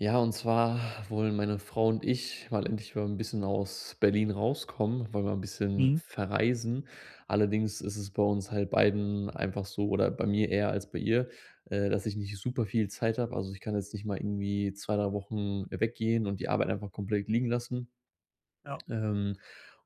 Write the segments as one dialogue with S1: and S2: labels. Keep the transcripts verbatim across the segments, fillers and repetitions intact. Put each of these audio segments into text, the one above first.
S1: Ja, und zwar wollen meine Frau und ich mal endlich mal ein bisschen aus Berlin rauskommen, wollen mal ein bisschen
S2: Mhm.
S1: verreisen. Allerdings ist es bei uns halt beiden einfach so, oder bei mir eher als bei ihr, äh, dass ich nicht super viel Zeit habe. Also, ich kann jetzt nicht mal irgendwie zwei drei Wochen weggehen und die Arbeit einfach komplett liegen lassen.
S2: Ja.
S1: Ähm,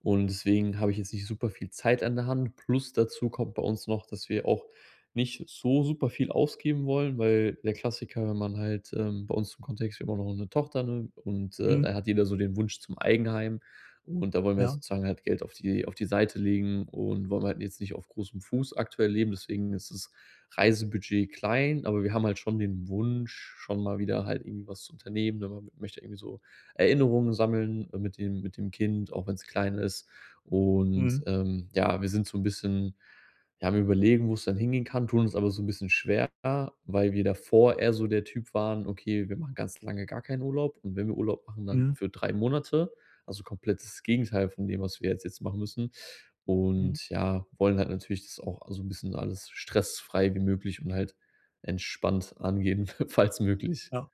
S1: und deswegen habe ich jetzt nicht super viel Zeit an der Hand. Plus dazu kommt bei uns noch, dass wir auch nicht so super viel ausgeben wollen, weil der Klassiker, wenn man halt ähm, bei uns im Kontext, wir haben auch noch eine Tochter, ne, und, äh,
S2: Mhm.
S1: da hat jeder so den Wunsch zum Eigenheim. Und da wollen wir
S2: Ja.
S1: sozusagen halt Geld auf die auf die Seite legen und wollen halt jetzt nicht auf großem Fuß aktuell leben. Deswegen ist das Reisebudget klein, aber wir haben halt schon den Wunsch, schon mal wieder halt irgendwie was zu unternehmen, ne? Man möchte irgendwie so Erinnerungen sammeln äh, mit dem mit dem Kind, auch wenn es klein ist. Und,
S2: Mhm.
S1: ähm, ja, wir sind so ein bisschen ja, am Überlegen, wo es dann hingehen kann, tun uns aber so ein bisschen schwer, weil wir davor eher so der Typ waren: „Okay, wir machen ganz lange gar keinen Urlaub, und wenn wir Urlaub machen, dann
S2: Mhm.
S1: für drei Monate.“ Also, komplettes Gegenteil von dem, was wir jetzt jetzt machen müssen.
S2: Mhm.
S1: Und ja, wollen halt natürlich das auch so ein bisschen alles stressfrei wie möglich und halt entspannt angehen, falls möglich.
S2: Ja.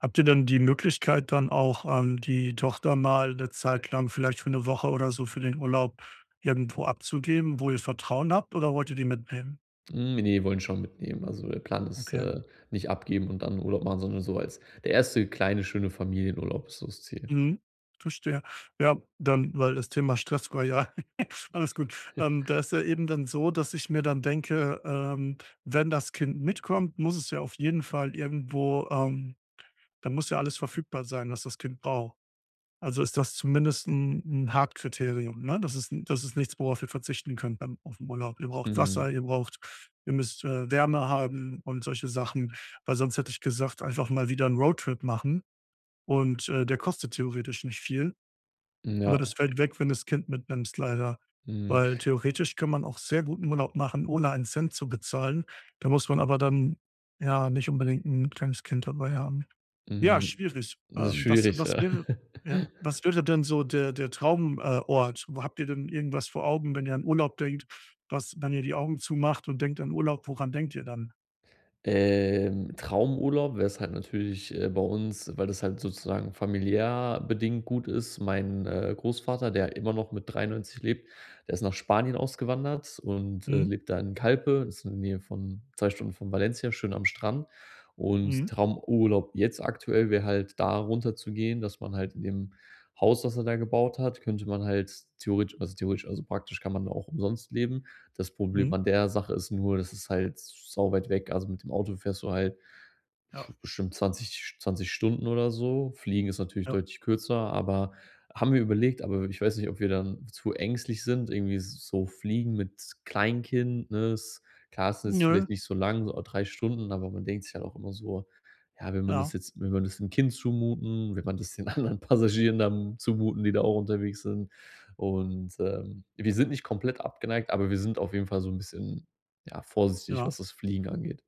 S2: Habt ihr denn die Möglichkeit dann auch, ähm, die Tochter mal 'ne Zeit lang vielleicht für eine Woche oder so für den Urlaub irgendwo abzugeben, wo ihr Vertrauen habt, oder wollt ihr die mitnehmen?
S1: Hm, ne, wollen schon mitnehmen. Also, der Plan ist,
S2: Okay.
S1: äh, nicht abgeben und dann Urlaub machen, sondern so als der erste kleine, schöne Familienurlaub ist so das Ziel.
S2: Mhm. Verstehe. Ja, dann weil das Thema Stress war ja alles gut. Ähm, da ist ja eben dann so, dass ich mir dann denke, ähm, wenn das Kind mitkommt, muss es ja auf jeden Fall irgendwo, ähm da muss ja alles verfügbar sein, was das Kind braucht. Also, ist das zumindest ein 'n Hauptkriterium, ne? Das ist das ist nichts, worauf ihr verzichten könnt beim, auf aufm Urlaub. Ihr braucht Wasser,
S1: Mhm.
S2: ihr braucht ihr müsst, äh, Wärme haben und solche Sachen, weil sonst hätte ich gesagt, einfach mal wieder 'n Roadtrip machen und, äh, der kostet theoretisch nicht viel,
S1: Ja.
S2: aber das fällt weg, wenn das Kind mitnimmst leider,
S1: Mhm.
S2: weil theoretisch kann man auch sehr guten Urlaub machen, ohne einen Cent zu bezahlen. Da muss man aber dann, ja, nicht unbedingt ein kleines Kind dabei haben. Ja,
S1: Mhm.
S2: schwierig.
S1: Das ist
S2: Ähm, was
S1: schwierig,
S2: was
S1: ja.
S2: wäre ja, was wäre denn so der der Traumort? äh, Ort? Wo habt ihr denn irgendwas vor Augen, wenn ihr an Urlaub denkt, was wenn ihr die Augen zumacht und denkt an Urlaub, woran denkt ihr dann?
S1: Ähm, Traumurlaub wäre es halt natürlich, äh, bei uns, weil das halt sozusagen familiär bedingt gut ist. Mein, äh, Großvater, der immer noch mit dreiundneunzig lebt, der ist nach Spanien ausgewandert und, äh,
S2: Mhm,
S1: lebt da in Calpe, das ist in der Nähe von zwei Stunden von Valencia, schön am Strand. Und
S2: mhm,
S1: Traumurlaub jetzt aktuell wäre halt, da runter zu gehen, dass man halt in dem Haus, das er da gebaut hat, könnte man halt theoretisch also theoretisch, also praktisch kann man da auch umsonst leben. Das Problem
S2: mhm.
S1: an der Sache ist nur, das ist halt sau weit weg. Also mit dem Auto fährst du halt
S2: Ja,
S1: bestimmt zwanzig zwanzig Stunden oder so. Fliegen ist natürlich
S2: ja.
S1: deutlich kürzer, aber haben wir überlegt, aber ich weiß nicht, ob wir dann zu ängstlich sind. Irgendwie so Fliegen mit Kleinkind, ne? Ist klar, es ist jetzt
S2: Nö,
S1: vielleicht nicht so lang, so drei Stunden, aber man denkt sich halt auch immer so: „Ja, wenn man das
S2: ja,
S1: jetzt wenn man das dem Kind zumuten? Wenn man das den anderen Passagieren dann zumuten, die da auch unterwegs sind?“ Und, ähm, wir sind nicht komplett abgeneigt, aber wir sind auf jeden Fall so ein bisschen, ja, vorsichtig, was
S2: ja.
S1: das Fliegen angeht.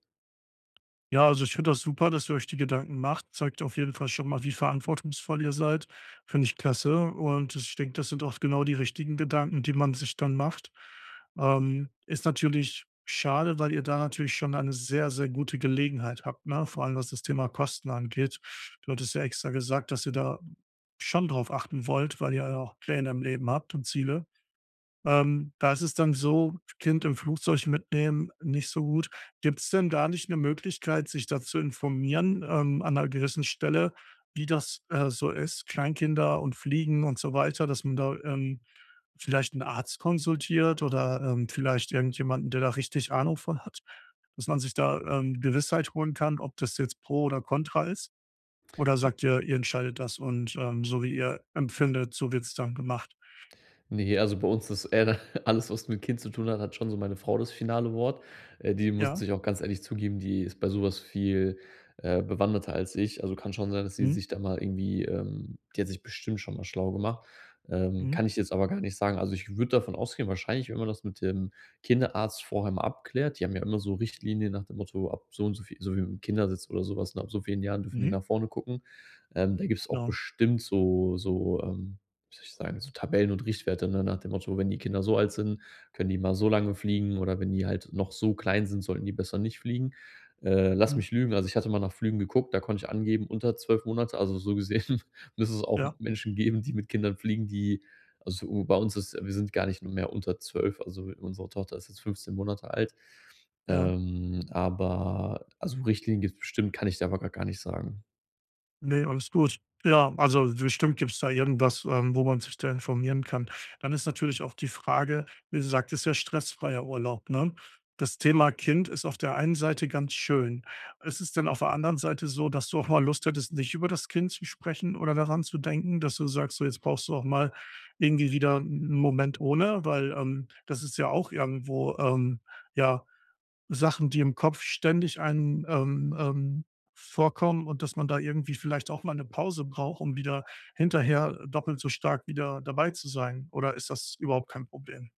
S2: Ja, also ich finde das super, dass ihr euch die Gedanken macht. Zeigt auf jeden Fall schon mal, wie verantwortungsvoll ihr seid. Finde ich klasse. Und ich denke, das sind auch genau die richtigen Gedanken, die man sich dann macht. Ähm, ist natürlich schade, weil ihr da natürlich schon eine sehr, sehr gute Gelegenheit habt, ne? Vor allem was das Thema Kosten angeht. Du hattest ja extra gesagt, dass ihr da schon drauf achten wollt, weil ihr ja auch Pläne im Leben habt und Ziele. Ähm, da ist es dann so, Kind im Flugzeug mitnehmen, nicht so gut. Gibt es denn da nicht 'ne Möglichkeit, sich dazu informieren, ähm, an 'ner gewissen Stelle, wie das, äh, so ist, Kleinkinder und Fliegen und so weiter, dass man da, ähm, vielleicht einen Arzt konsultiert oder, ähm, vielleicht irgendjemanden, der da richtig Ahnung von hat, dass man sich da, ähm, Gewissheit holen kann, ob das jetzt pro oder contra ist? Oder sagt ihr, ihr entscheidet das und, ähm, so wie ihr empfindet, so wird es dann gemacht?
S1: Nee, also bei uns ist eher alles, was mit Kind zu tun hat, hat schon so meine Frau das finale Wort. Äh, die muss
S2: Ja.
S1: ich auch ganz ehrlich zugeben, die ist bei sowas viel, äh, bewanderter als ich. Also, kann schon sein, dass sie
S2: Mhm.
S1: sich da mal irgendwie, ähm die hat sich bestimmt schon mal schlau gemacht. Ähm,
S2: Mhm.
S1: kann ich jetzt aber gar nicht sagen. Also, ich würde davon ausgehen, wahrscheinlich, wenn man das mit dem Kinderarzt vorher mal abklärt, die haben ja immer so Richtlinien nach dem Motto, ab so und so viel, so wie im Kindersitz oder sowas. Was, ne, ab so vielen Jahren dürfen die
S2: Mhm.
S1: nach vorne gucken. Ähm, da gibt's auch
S2: Genau.
S1: bestimmt so so, ähm wie soll ich sagen, so Tabellen und Richtwerte, ne, nach dem Motto, wenn die Kinder so alt sind, können die mal so lange fliegen, oder wenn die halt noch so klein sind, sollten die besser nicht fliegen. Äh, lass
S2: Mhm.
S1: mich lügen, also ich hatte mal nach Flügen geguckt, da konnte ich angeben unter zwölf Monate, also so gesehen müsste es auch
S2: Ja,
S1: Menschen geben, die mit Kindern fliegen, die also bei uns ist wir sind gar nicht mehr unter zwölf. Also unsere Tochter ist jetzt fünfzehn Monate alt.
S2: ja.
S1: Ähm, aber also Richtlinien gibt es bestimmt, kann ich dir aber grad gar nicht sagen.
S2: Ne, alles gut. Ja, also bestimmt gibt's da irgendwas, ähm, wo man sich da informieren kann. Dann ist natürlich auch die Frage, wie du ist ja stressfreier Urlaub, ne? Das Thema Kind ist auf der einen Seite ganz schön. Ist es denn auf der anderen Seite so, dass du auch mal Lust hättest, nicht über das Kind zu sprechen oder daran zu denken, dass du sagst, so jetzt brauchst du auch mal irgendwie wieder einen Moment ohne, weil, ähm, das ist ja auch irgendwo, ähm, ja Sachen, die im Kopf ständig einem, ähm, ähm, vorkommen und dass man da irgendwie vielleicht auch mal eine Pause braucht, um wieder hinterher doppelt so stark wieder dabei zu sein? Oder ist das überhaupt kein Problem?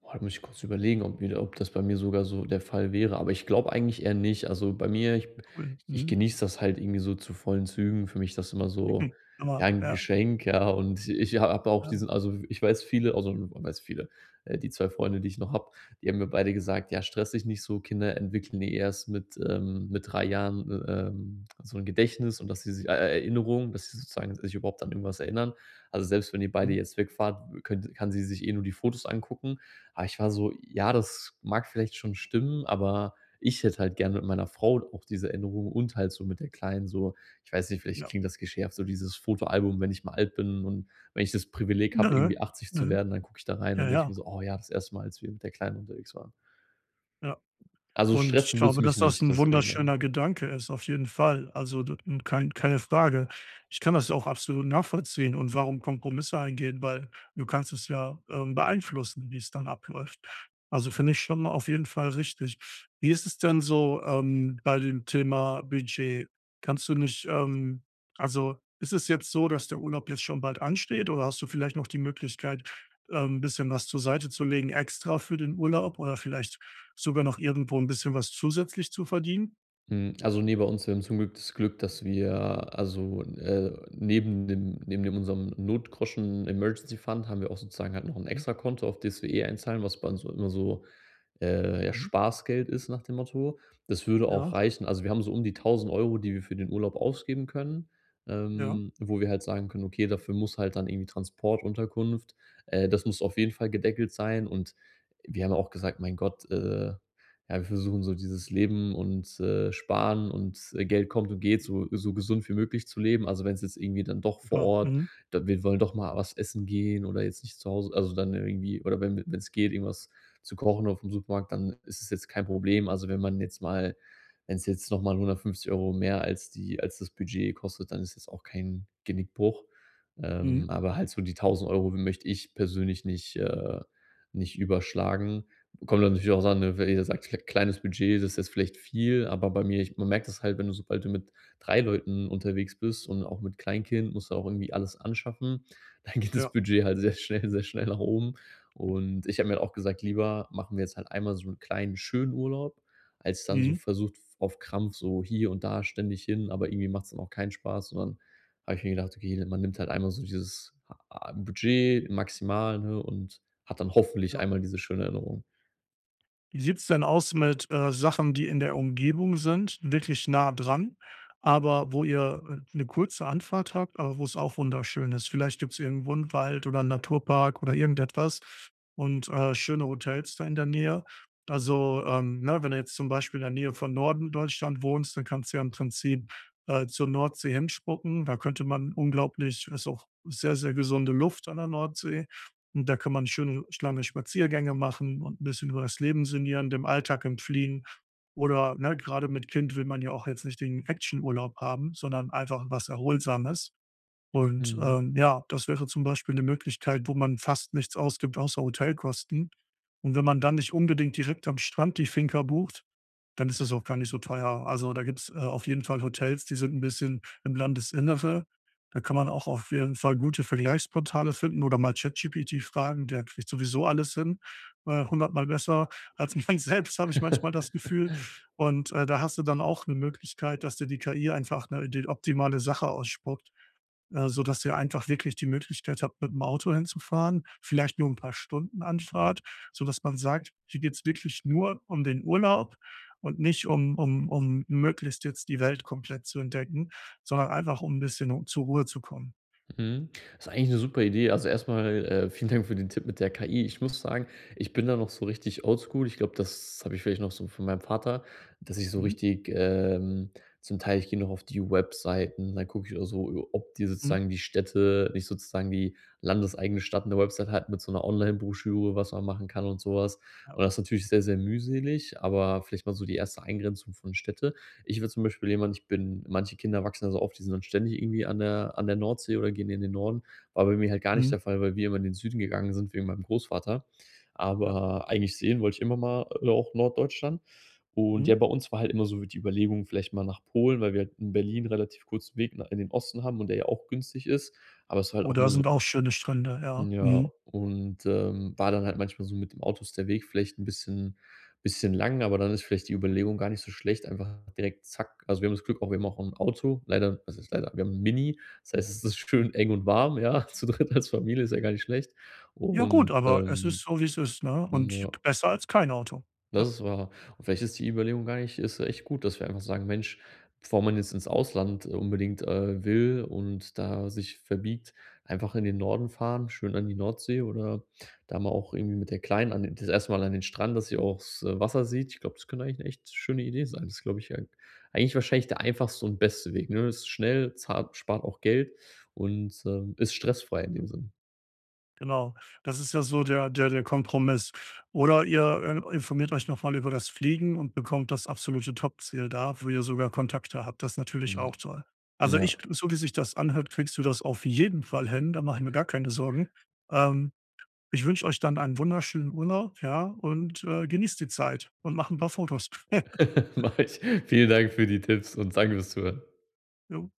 S1: Boah, da muss ich kurz überlegen, ob mir ob das bei mir sogar so der Fall wäre, aber ich glaube eigentlich eher nicht. Also, bei mir ich
S2: Ja, cool.
S1: ich
S2: Mhm.
S1: genieße das halt irgendwie so zu vollen Zügen. Für mich ist das immer so, ja,
S2: Aber
S1: 'n
S2: ja,
S1: Geschenk, ja, und ich habe auch
S2: ja,
S1: diesen also, ich weiß viele also, ich weiß viele, äh, die zwei Freunde, die ich noch habe, die haben mir beide gesagt: „Ja, stress dich nicht so, Kinder entwickeln eh erst mit, ähm mit drei Jahren, äh, ähm, so ein Gedächtnis, und dass sie sich äh, Erinnerung, dass sie sozusagen sich überhaupt an irgendwas erinnern. Also, selbst wenn ihr beide
S2: mhm,
S1: jetzt wegfahrt, könnt kann sie sich eh nur die Fotos angucken.“ Aber ich war so: „Ja, das mag vielleicht schon stimmen, aber ich hätte halt gerne mit meiner Frau auch diese Änderung und halt so mit der Kleinen so.“ Ich weiß nicht, vielleicht
S2: ja.
S1: klingt das geschärft, so dieses Fotoalbum, wenn ich mal alt bin und wenn ich das Privileg habe,
S2: Nö,
S1: irgendwie achtzig zu
S2: nö.
S1: werden, dann gucke ich da rein, dann
S2: Ja,
S1: denke ich
S2: ja,
S1: mir so: „Oh ja, das erste Mal, als wir mit der Kleinen unterwegs waren.“
S2: ja.
S1: Also,
S2: Und ich
S1: stressen will's
S2: glaube,
S1: mich
S2: dass das
S1: nicht,
S2: ein
S1: deswegen, ja.
S2: wunderschöner Gedanke ist, auf jeden Fall. Also, d n kein keine Frage. Ich kann das auch absolut nachvollziehen und warum Kompromisse eingehen, weil du kannst es ja, ähm, beeinflussen, wie es dann abläuft. Also, finde ich schon auf jeden Fall richtig. Wie ist es denn so, ähm, bei dem Thema Budget? Kannst du nicht, ähm Also, ist es jetzt so, dass der Urlaub jetzt schon bald ansteht oder hast du vielleicht noch die Möglichkeit, ähm, ein bisschen was zur Seite zu legen extra für den Urlaub oder vielleicht sogar noch irgendwo ein bisschen was zusätzlich zu verdienen?
S1: Hm, also, nee, bei uns wir haben zum Glück das Glück, dass wir also, äh, neben dem neben dem unserem Notgroschen Emergency Fund haben wir auch sozusagen halt noch ein
S2: Mhm,
S1: Extra-Konto, auf das wir eh einzahlen, was bei uns so immer so, äh, ja,
S2: mhm.
S1: Spaßgeld ist nach dem Motto. Das würde auch
S2: Mhm. Ja,
S1: reichen. Also, wir haben so um die tausend Euro, die wir für den Urlaub ausgeben können,
S2: ja,
S1: ähm, wo wir halt sagen können: „Okay, dafür muss halt dann irgendwie Transport, Unterkunft äh, das muss auf jeden Fall gedeckelt sein.“ Und wir haben auch gesagt: „Mein Gott, äh“, ja, wir versuchen so dieses Leben und, äh, Sparen und, äh, Geld kommt und geht, so so gesund wie möglich zu leben. Also, wenn es jetzt irgendwie dann doch vor
S2: super.
S1: Ort,
S2: Mhm,
S1: da wir wollen doch mal was essen gehen oder jetzt nicht zu Hause, also, dann irgendwie, oder wenn wenn es geht, irgendwas zu kochen auf dem Supermarkt, dann ist es jetzt kein Problem. Also, wenn man jetzt mal wenn es jetzt noch mal hundertfünfzig Euro mehr als die als das Budget kostet, dann ist jetzt auch kein Genickbruch.
S2: mhm,
S1: Ähm, aber halt so die tausend Euro möchte ich persönlich nicht, äh nicht überschlagen. Kommt dann natürlich auch an, ne, wer jeder sagt, vielleicht kleines Budget, das ist jetzt vielleicht viel, aber bei mir ich man merkt das halt, wenn du sobald du mit drei Leuten unterwegs bist und auch mit Kleinkind musst du auch irgendwie alles anschaffen, dann geht das
S2: ja,
S1: Budget halt sehr schnell sehr schnell nach oben. Und ich habe mir halt auch gesagt: „Lieber machen wir jetzt halt einmal so einen kleinen, schönen Urlaub, als dann so
S2: mhm,
S1: versucht auf Krampf so hier und da ständig hin“, aber irgendwie macht es dann auch keinen Spaß. Und dann habe ich mir gedacht: „Okay, man nimmt halt einmal so dieses, ah, Budget maximal, ne, und hat dann hoffentlich
S2: ja.
S1: einmal diese schöne Erinnerung.“
S2: Wie sieht's denn aus mit, äh, Sachen, die in der Umgebung sind, wirklich nah dran, aber wo ihr, äh, 'ne kurze Anfahrt habt, aber wo es auch wunderschön ist? Vielleicht gibt's irgendwo einen Wald oder einen Naturpark oder irgendetwas und, äh, schöne Hotels da in der Nähe. Also, ähm, ne, wenn du jetzt zum Beispiel in der Nähe von Norden Deutschland wohnst, dann kannst du ja im Prinzip, äh, zur Nordsee hinspucken. Da könnte man unglaublich ist auch sehr, sehr gesunde Luft an der Nordsee. Und da kann man schöne lange Spaziergänge machen und ein bisschen über das Leben sinnieren, dem Alltag entfliehen. Oder, ne, grade mit Kind will man ja auch jetzt nicht den Actionurlaub haben, sondern einfach was Erholsames. Und,
S1: Mhm.
S2: ähm, ja, das wäre zum Beispiel eine Möglichkeit, wo man fast nichts ausgibt außer Hotelkosten. Und wenn man dann nicht unbedingt direkt am Strand die Finca bucht, dann ist das auch gar nicht so teuer. Also, da gibt's, äh, auf jeden Fall Hotels, die sind ein bisschen im Landesinnere. Da kann man auch auf jeden Fall gute Vergleichsportale finden oder mal ChatGPT fragen, der kriegt sowieso alles hin, äh, hundertmal besser als man selbst, habe ich manchmal das Gefühl. Und, äh, da hast du dann auch eine Möglichkeit, dass dir die K I einfach 'ne die optimale Sache ausspuckt äh, sodass ihr einfach wirklich die Möglichkeit habt, mit dem Auto hinzufahren, vielleicht nur ein paar Stunden Anfahrt, sodass man sagt: „Hier geht's wirklich nur um den Urlaub und nicht um um um möglichst jetzt die Welt komplett zu entdecken, sondern einfach, um ein bisschen u zur Ruhe zu kommen.“
S1: Mhm. Das ist eigentlich eine super Idee. Also, erstmal äh, vielen Dank für den Tipp mit der K I. Ich muss sagen, ich bin da noch so richtig oldschool. Ich glaube, das habe ich vielleicht noch so von meinem Vater, dass ich so
S2: Mhm,
S1: richtig, ähm zum Teil ich gehe noch auf die Webseiten, dann gucke ich auch so, ob die
S2: mhm,
S1: sozusagen die Städte nicht sozusagen die landeseigene Stadt eine Website hat mit so einer Online-Broschüre, was man machen kann und sowas.
S2: ja,
S1: Und das ist natürlich sehr, sehr mühselig, aber vielleicht mal so die erste Eingrenzung von Städte. Ich wäre zum Beispiel jemand, ich bin manche Kinder wachsen also so auf, die sind dann ständig irgendwie an der an der Nordsee oder gehen in den Norden. War bei mir halt gar nicht
S2: mhm,
S1: der Fall, weil wir immer in den Süden gegangen sind wegen meinem Großvater.
S2: ja,
S1: Aber eigentlich sehen wollte ich immer mal, äh, auch Norddeutschland. Und
S2: mhm.
S1: ja, bei uns war halt immer so die Überlegung, vielleicht mal nach Polen, weil wir halt in Berlin relativ kurzen Weg na in den Osten haben, und der ja auch günstig ist. Aber es war halt
S2: Oh,
S1: auch
S2: da
S1: immer
S2: sind
S1: so,
S2: auch schöne Strände, ja,
S1: ja,
S2: mhm.
S1: und, ähm, war dann halt manchmal so, mit dem Auto ist der Weg vielleicht ein bisschen bisschen lang, aber dann ist vielleicht die Überlegung gar nicht so schlecht, einfach direkt zack. Also, wir haben das Glück auch, wir haben auch 'n Auto, leider, was heißt leider, wir haben 'n Mini, das heißt, es ist schön eng und warm, ja, zu dritt als Familie ist ja gar nicht schlecht
S2: Ja gut,
S1: und,
S2: aber es
S1: ähm,
S2: ist so, wie es ist, ne, und
S1: ja.
S2: besser als kein Auto.
S1: Das
S2: Ja.
S1: ist wahr. Und vielleicht ist die Überlegung gar nicht ist echt gut, dass wir einfach sagen: „Mensch, bevor man jetzt ins Ausland äh, unbedingt, äh, will und da sich verbiegt, einfach in den Norden fahren, schön an die Nordsee, oder da mal auch irgendwie mit der Kleinen an den das erste Mal an den Strand, dass sie auch's Wasser sieht.“ Ich glaube, das könnte eigentlich 'ne echt schöne Idee sein. Das ist, glaube ich, eig eigentlich wahrscheinlich der einfachste und beste Weg, ne? Ist schnell, zart, spart auch Geld und, ähm, ist stressfrei in dem Sinn.
S2: Genau. Das ist ja so der der der Kompromiss. Oder ihr, ähm, informiert euch nochmal über das Fliegen und bekommt das absolute Topziel da, wo ihr sogar Kontakte habt. Das ist natürlich
S1: Mhm.
S2: auch toll. Also, ich
S1: Ja,
S2: so wie sich das anhört, kriegst du das auf jeden Fall hin, da mache ich mir gar keine Sorgen. Ähm, Ich wünsche euch dann einen wunderschönen Urlaub, ja, und, äh, genießt die Zeit und macht ein paar Fotos.
S1: mache ich. Vielen Dank für die Tipps und danke fürs Zuhören.
S2: Jo.